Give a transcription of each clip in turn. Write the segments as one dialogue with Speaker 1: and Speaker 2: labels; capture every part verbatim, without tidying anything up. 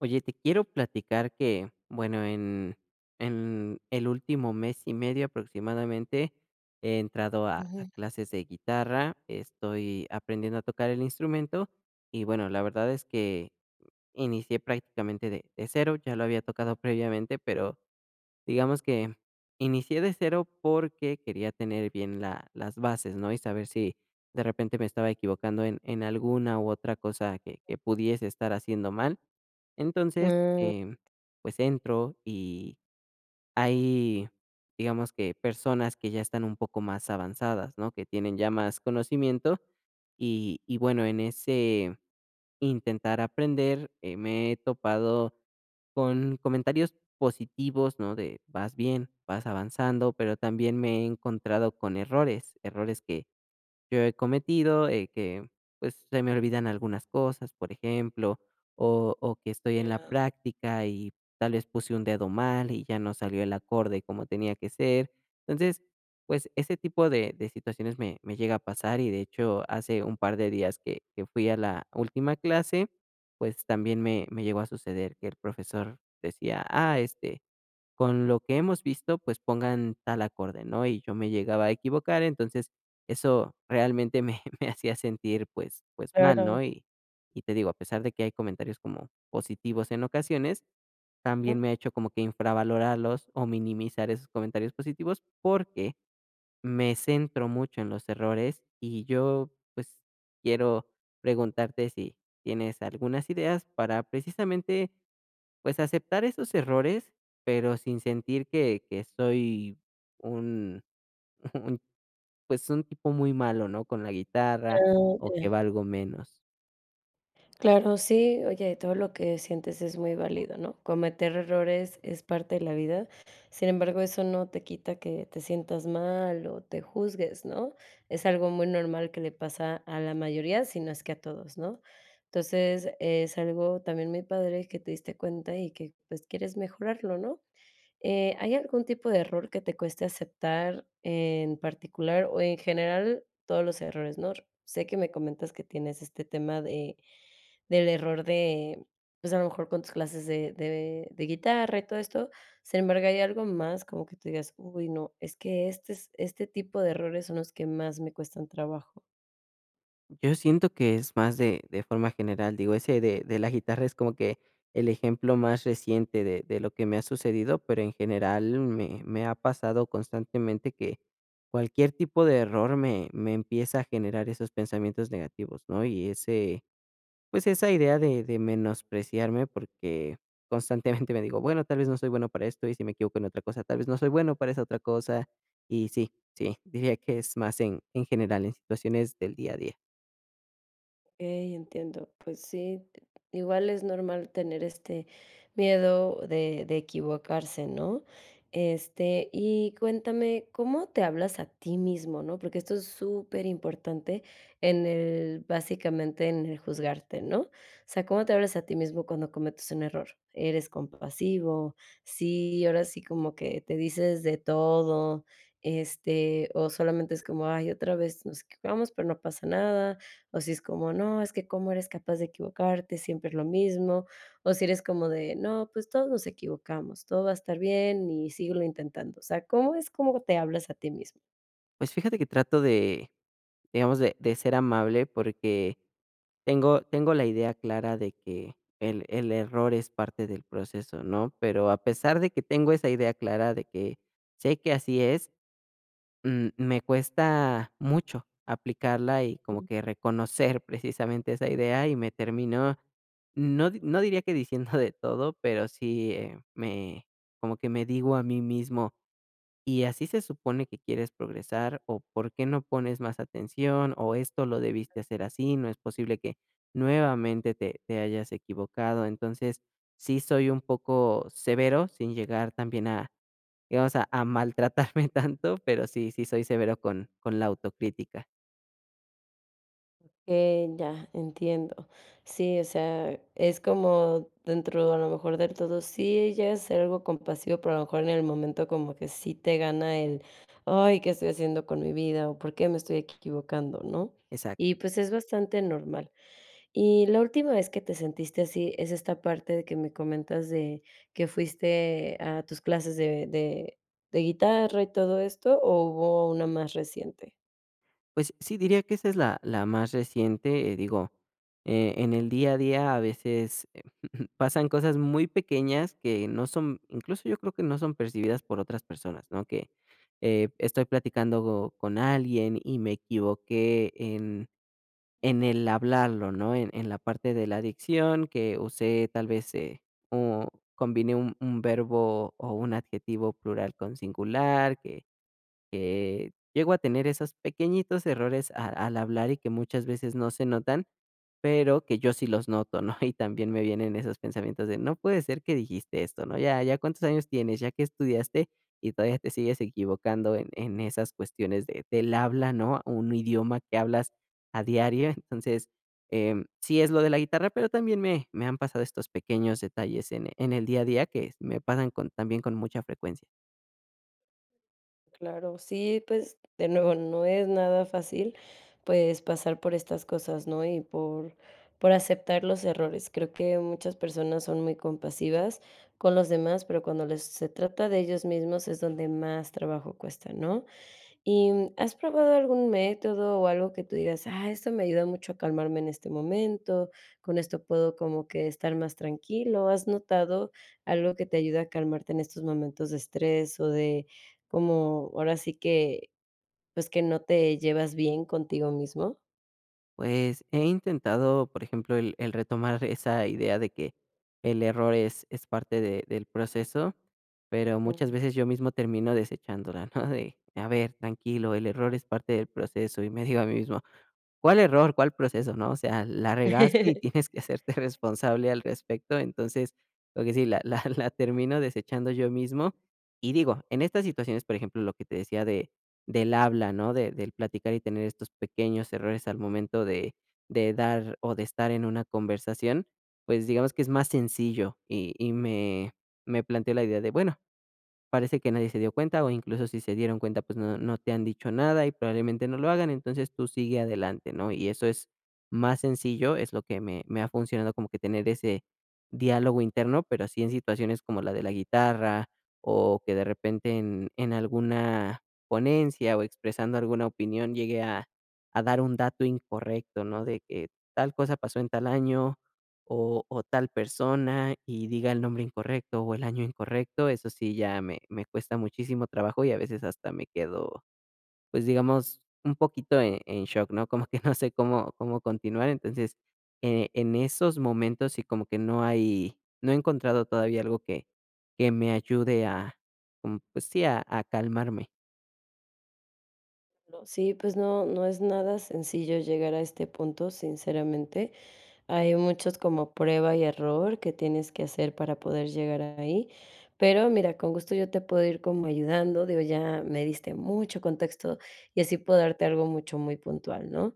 Speaker 1: Oye, te quiero platicar que, bueno, en, en el último mes y medio aproximadamente he entrado a, a
Speaker 2: Ujú.
Speaker 1: clases de guitarra. Estoy aprendiendo a tocar el instrumento y bueno, la verdad es que inicié prácticamente de, de cero. Ya lo había tocado previamente, pero digamos que inicié de cero porque quería tener bien la las bases, ¿no? Y saber si de repente me estaba equivocando en en alguna u otra cosa que que pudiese estar haciendo mal. Entonces,
Speaker 2: Mm.
Speaker 1: em, pues entro y hay, digamos, que personas que ya están un poco más avanzadas, ¿no? Que tienen ya más conocimiento y y bueno, en ese intentar aprender, eh, me he topado con comentarios positivos, ¿no? De vas bien, vas avanzando, pero también me he encontrado con errores, errores que yo he cometido, eh, que, pues, se me olvidan algunas cosas, por ejemplo, o o que estoy en la
Speaker 2: Ya.
Speaker 1: práctica y tal vez puse un dedo mal y ya no salió el acorde como tenía que ser. Entonces, pues, ese tipo de de situaciones me me llega a pasar y, de hecho, hace un par de días que que fui a la última clase, pues, también me me llegó a suceder que el profesor decía: "Ah, este, con lo que hemos visto, pues pongan tal acorde, ¿no?" Y yo me llegaba a equivocar. Entonces, eso realmente me me hacía sentir, pues, pues mal, ¿no?
Speaker 2: Claro.
Speaker 1: Y y te digo, a pesar de que hay comentarios como positivos en ocasiones,
Speaker 2: Mm,
Speaker 1: también me ha hecho como que infravalorarlos o minimizar esos comentarios positivos, porque me centro mucho en los errores y yo, pues, quiero preguntarte si tienes algunas ideas para, precisamente, pues, aceptar esos errores, pero sin sentir que que soy un un, pues, un tipo muy malo, ¿no?, con la guitarra,
Speaker 2: ya,
Speaker 1: o
Speaker 2: ya.
Speaker 1: que valgo menos.
Speaker 2: Claro, sí, oye, todo lo que sientes es muy válido, ¿no? Cometer errores es parte de la vida. Sin embargo, eso no te quita que te sientas mal o te juzgues, ¿no? Es algo muy normal que le pasa a la mayoría, si no es que a todos, ¿no? Entonces, es algo también muy padre que te diste cuenta y que pues quieres mejorarlo, ¿no? Eh, ¿hay algún tipo de error que te cueste aceptar en particular o en general todos los errores, no? Sé que me comentas que tienes este tema de del error de, pues, a lo mejor con tus clases de de de guitarra y todo esto. Sin embargo, ¿hay algo más como que tú digas: "Uy, no, es que este es este tipo de errores son los que más me cuestan trabajo"?
Speaker 1: Yo siento que es más de de forma general. Digo, ese de de la guitarra es como que el ejemplo más reciente de de lo que me ha sucedido, pero en general me me ha pasado constantemente que cualquier tipo de error me me empieza a generar esos pensamientos negativos, ¿no? Y ese, pues, esa idea de de menospreciarme, porque constantemente me digo: "Bueno, tal vez no soy bueno para esto, y si me equivoco en otra cosa, tal vez no soy bueno para esa otra cosa". Y sí, sí, diría que es más en en general, en situaciones del día a día.
Speaker 2: Ok, entiendo. Pues sí, t- igual es normal tener este miedo de de equivocarse, ¿no? Este, y cuéntame, ¿cómo te hablas a ti mismo, no? Porque esto es súper importante en el básicamente, en el juzgarte, ¿no? O sea, ¿cómo te hablas a ti mismo cuando cometes un error? ¿Eres compasivo? Sí, ahora sí como que te dices de todo, este, o solamente es como: "Ay, otra vez nos equivocamos, pero no pasa nada". O si es como, no, es que cómo eres capaz de equivocarte, siempre es lo mismo. O si eres como de, no, pues todos nos equivocamos, todo va a estar bien y síguelo intentando. O sea, ¿cómo es cómo te hablas a ti mismo?
Speaker 1: Pues fíjate que trato de, digamos, de de ser amable, porque tengo tengo la idea clara de que el el error es parte del proceso, ¿no? Pero a pesar de que tengo esa idea clara de que sé que así es, Mm, me cuesta mucho aplicarla y como que reconocer precisamente esa idea y me terminó, no di no diría que diciendo de todo, pero sí, eh, me, como que me digo a mí mismo: "Y así se supone que quieres progresar, o ¿por qué no pones más atención? O esto lo debiste hacer así, no es posible que nuevamente te te hayas equivocado". Entonces, sí soy un poco severo, sin llegar también a, digamos, a a maltratarme tanto, pero sí, sí soy severo con con la autocrítica.
Speaker 2: Eh, ya, entiendo. Sí, o sea, es como dentro a lo mejor del todo, sí llega a ser algo compasivo, pero a lo mejor en el momento como que sí te gana el, ay, ¿qué estoy haciendo con mi vida? ¿O por qué me estoy equivocando? ¿No?
Speaker 1: Exacto.
Speaker 2: Y pues es bastante normal. Y la última vez que te sentiste así es esta parte de que me comentas de que fuiste a tus clases de de de guitarra y todo esto, ¿o hubo una más reciente?
Speaker 1: Pues sí, diría que esa es la la más reciente, eh, digo, eh, en el día a día a veces eh, pasan cosas muy pequeñas que no son, incluso yo creo que no son percibidas por otras personas, ¿no? Que, eh, estoy platicando con alguien y me equivoqué en En el hablarlo, ¿no? En en la parte de la dicción que usé tal vez, eh, o combiné un un verbo o un adjetivo plural con singular, que que llego a tener esos pequeñitos errores a al hablar y que muchas veces no se notan, pero que yo sí los noto, ¿no? Y también me vienen esos pensamientos de: "No puede ser que dijiste esto, ¿no? Ya ya cuántos años tienes, ya que estudiaste, y todavía te sigues equivocando en en esas cuestiones de del habla", ¿no? Un idioma que hablas a diario. Entonces, em, sí es lo de la guitarra, pero también me me han pasado estos pequeños detalles en en el día a día que me pasan con, también con mucha frecuencia.
Speaker 2: Claro, sí, pues de nuevo no es nada fácil, pues pasar por estas cosas, ¿no? Y por, por aceptar los errores. Creo que muchas personas son muy compasivas con los demás, pero cuando les, se trata de ellos mismos es donde más trabajo cuesta, ¿no? ¿Y mm, has probado algún método o algo que tú digas, ah, esto me ayuda mucho a calmarme en este momento, con esto puedo como que estar más tranquilo? ¿Has notado algo que te ayuda a calmarte en estos momentos de estrés o de como ahora sí que, pues que no te llevas bien contigo mismo?
Speaker 1: Pues, he intentado, por ejemplo, el el retomar esa idea de que el error es es parte de del proceso, pero muchas
Speaker 2: Mm.
Speaker 1: veces yo mismo termino desechándola, ¿no? De, a ver, tranquilo, el error es parte del proceso, y me digo a mí mismo: ¿cuál error? ¿Cuál proceso? ¿No? O sea, la regaste y tienes que hacerte responsable al respecto. Entonces, lo que sí, la la la termino desechando yo mismo. Y digo, en estas situaciones, por ejemplo, lo que te decía de del habla, ¿no? De del platicar y tener estos pequeños errores al momento de de dar o de estar en una conversación, pues digamos que es más sencillo y y me, me planteó la idea de, bueno, parece que nadie se dio cuenta, o incluso si se dieron cuenta, pues no no te han dicho nada y probablemente no lo hagan, entonces tú sigue adelante, ¿no? Y eso es más sencillo, es lo que me me ha funcionado, como que tener ese diálogo interno. Pero sí, en situaciones como la de la guitarra, o que de repente en en alguna ponencia, o expresando alguna opinión, llegue a a dar un dato incorrecto, ¿no? De que tal cosa pasó en tal año, o o tal persona y diga el nombre incorrecto o el año incorrecto, eso sí ya me me cuesta muchísimo trabajo, y a veces hasta me quedo, pues, digamos, un poquito en en shock, ¿no? Como que no sé cómo cómo continuar. Entonces, eh, en esos momentos sí, como que no hay, no he encontrado todavía algo que que me ayude a, mm, pues sí, a a calmarme.
Speaker 2: No, sí, pues no, no es nada sencillo llegar a este punto, sinceramente. Hay muchos como prueba y error que tienes que hacer para poder llegar ahí. Pero mira, con gusto yo te puedo ir como ayudando, digo, ya me diste mucho contexto y así puedo darte algo mucho muy puntual, ¿no?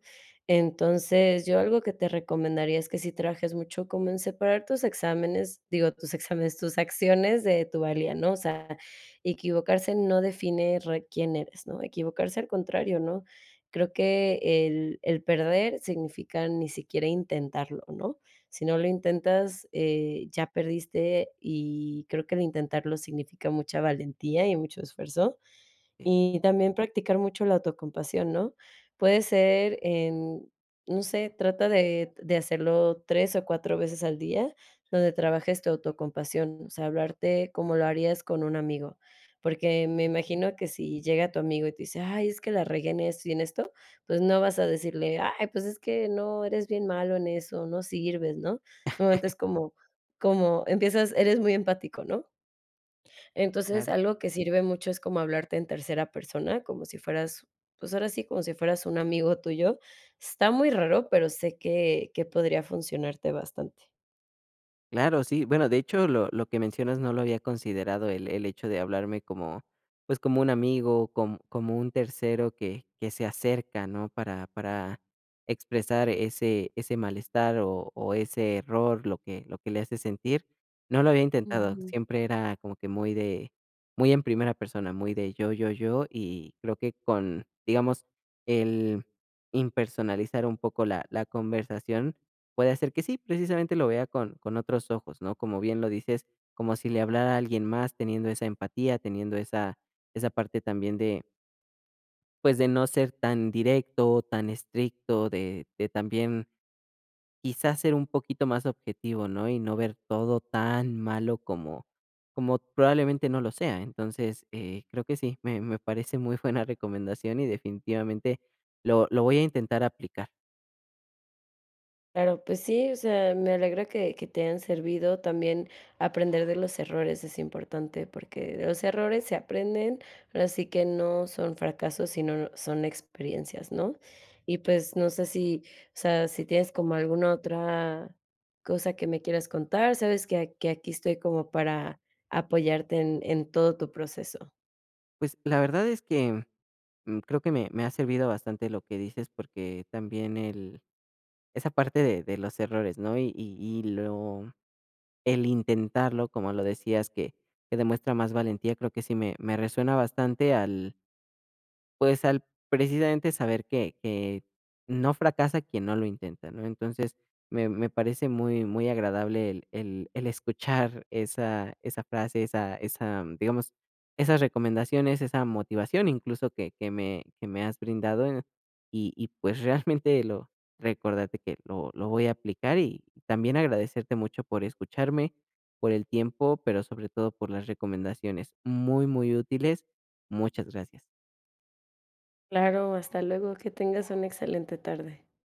Speaker 2: Entonces, yo algo que te recomendaría es que si trabajes mucho como en separar tus exámenes, digo, tus exámenes, tus acciones de tu valía, ¿no? O sea, equivocarse no define re- quién eres, ¿no? Equivocarse al contrario, ¿no? Creo que el el perder significa ni siquiera intentarlo, ¿no? Si no lo intentas, eh, ya perdiste, y creo que el intentarlo significa mucha valentía y mucho esfuerzo.
Speaker 1: Sí,
Speaker 2: Y también practicar mucho la autocompasión, ¿no? Puede ser en, no sé, trata de de hacerlo tres o cuatro veces al día, donde trabajes tu autocompasión, o sea, hablarte como lo harías con un amigo. Porque me imagino que si llega tu amigo y te dice: "Ay, es que la regué en esto y en esto", pues no vas a decirle: "Ay, pues es que no, eres bien malo en eso, no sirves", ¿no? Normalmente es como como empiezas eres muy empático, ¿no? Entonces,
Speaker 1: claro.
Speaker 2: algo que sirve mucho es como hablarte en tercera persona, como si fueras, pues, ahora sí, como si fueras un amigo tuyo. Está muy raro, pero sé que que podría funcionarte bastante.
Speaker 1: Claro, sí. Bueno, de hecho, lo lo que mencionas no lo había considerado, el el hecho de hablarme como, pues, como un amigo, como, como un tercero que que se acerca, ¿no? Para para expresar ese, ese malestar o o ese error, lo que lo que le hace sentir. No lo había intentado, siempre era como que muy de, muy en primera persona, muy de yo, yo, yo, y creo que con, digamos, el impersonalizar un poco la la conversación, puede ser que sí, precisamente, lo vea con con otros ojos, ¿no? Como bien lo dices, como si le hablara a alguien más, teniendo esa empatía, teniendo esa, esa parte también de, pues, de no ser tan directo, tan estricto, de de también quizás ser un poquito más objetivo, ¿no? Y no ver todo tan malo como, como probablemente no lo sea. Entonces, eh, creo que sí, me me parece muy buena recomendación y, definitivamente, lo lo voy a intentar aplicar.
Speaker 2: Claro, pues sí, o sea, me alegra que, que te hayan servido. También aprender de los errores es importante porque de los errores se aprenden, pero sí que no son fracasos, sino son experiencias, ¿no? Y pues no sé si, o sea, si tienes como alguna otra cosa que me quieras contar, sabes que, a- que aquí estoy como para apoyarte en en todo tu proceso.
Speaker 1: Pues, la verdad es que, mm, creo que me me ha servido bastante lo que dices, porque también el esa parte de de los errores, ¿no? Y y y lo, el intentarlo, como lo decías, que que demuestra más valentía, creo que sí me me resuena bastante al, pues, al, precisamente, saber que que no fracasa quien no lo intenta, ¿no? Entonces, me me parece muy, muy agradable el el el escuchar esa, esa frase, esa esa, digamos, esas recomendaciones, esa motivación incluso que que me que me has brindado, eh, y y pues, realmente, lo, recordate que lo lo voy a aplicar, y también agradecerte mucho por escucharme, por el tiempo, pero sobre todo por las recomendaciones muy, muy útiles. Muchas gracias.
Speaker 2: Claro, hasta luego, que tengas una excelente tarde.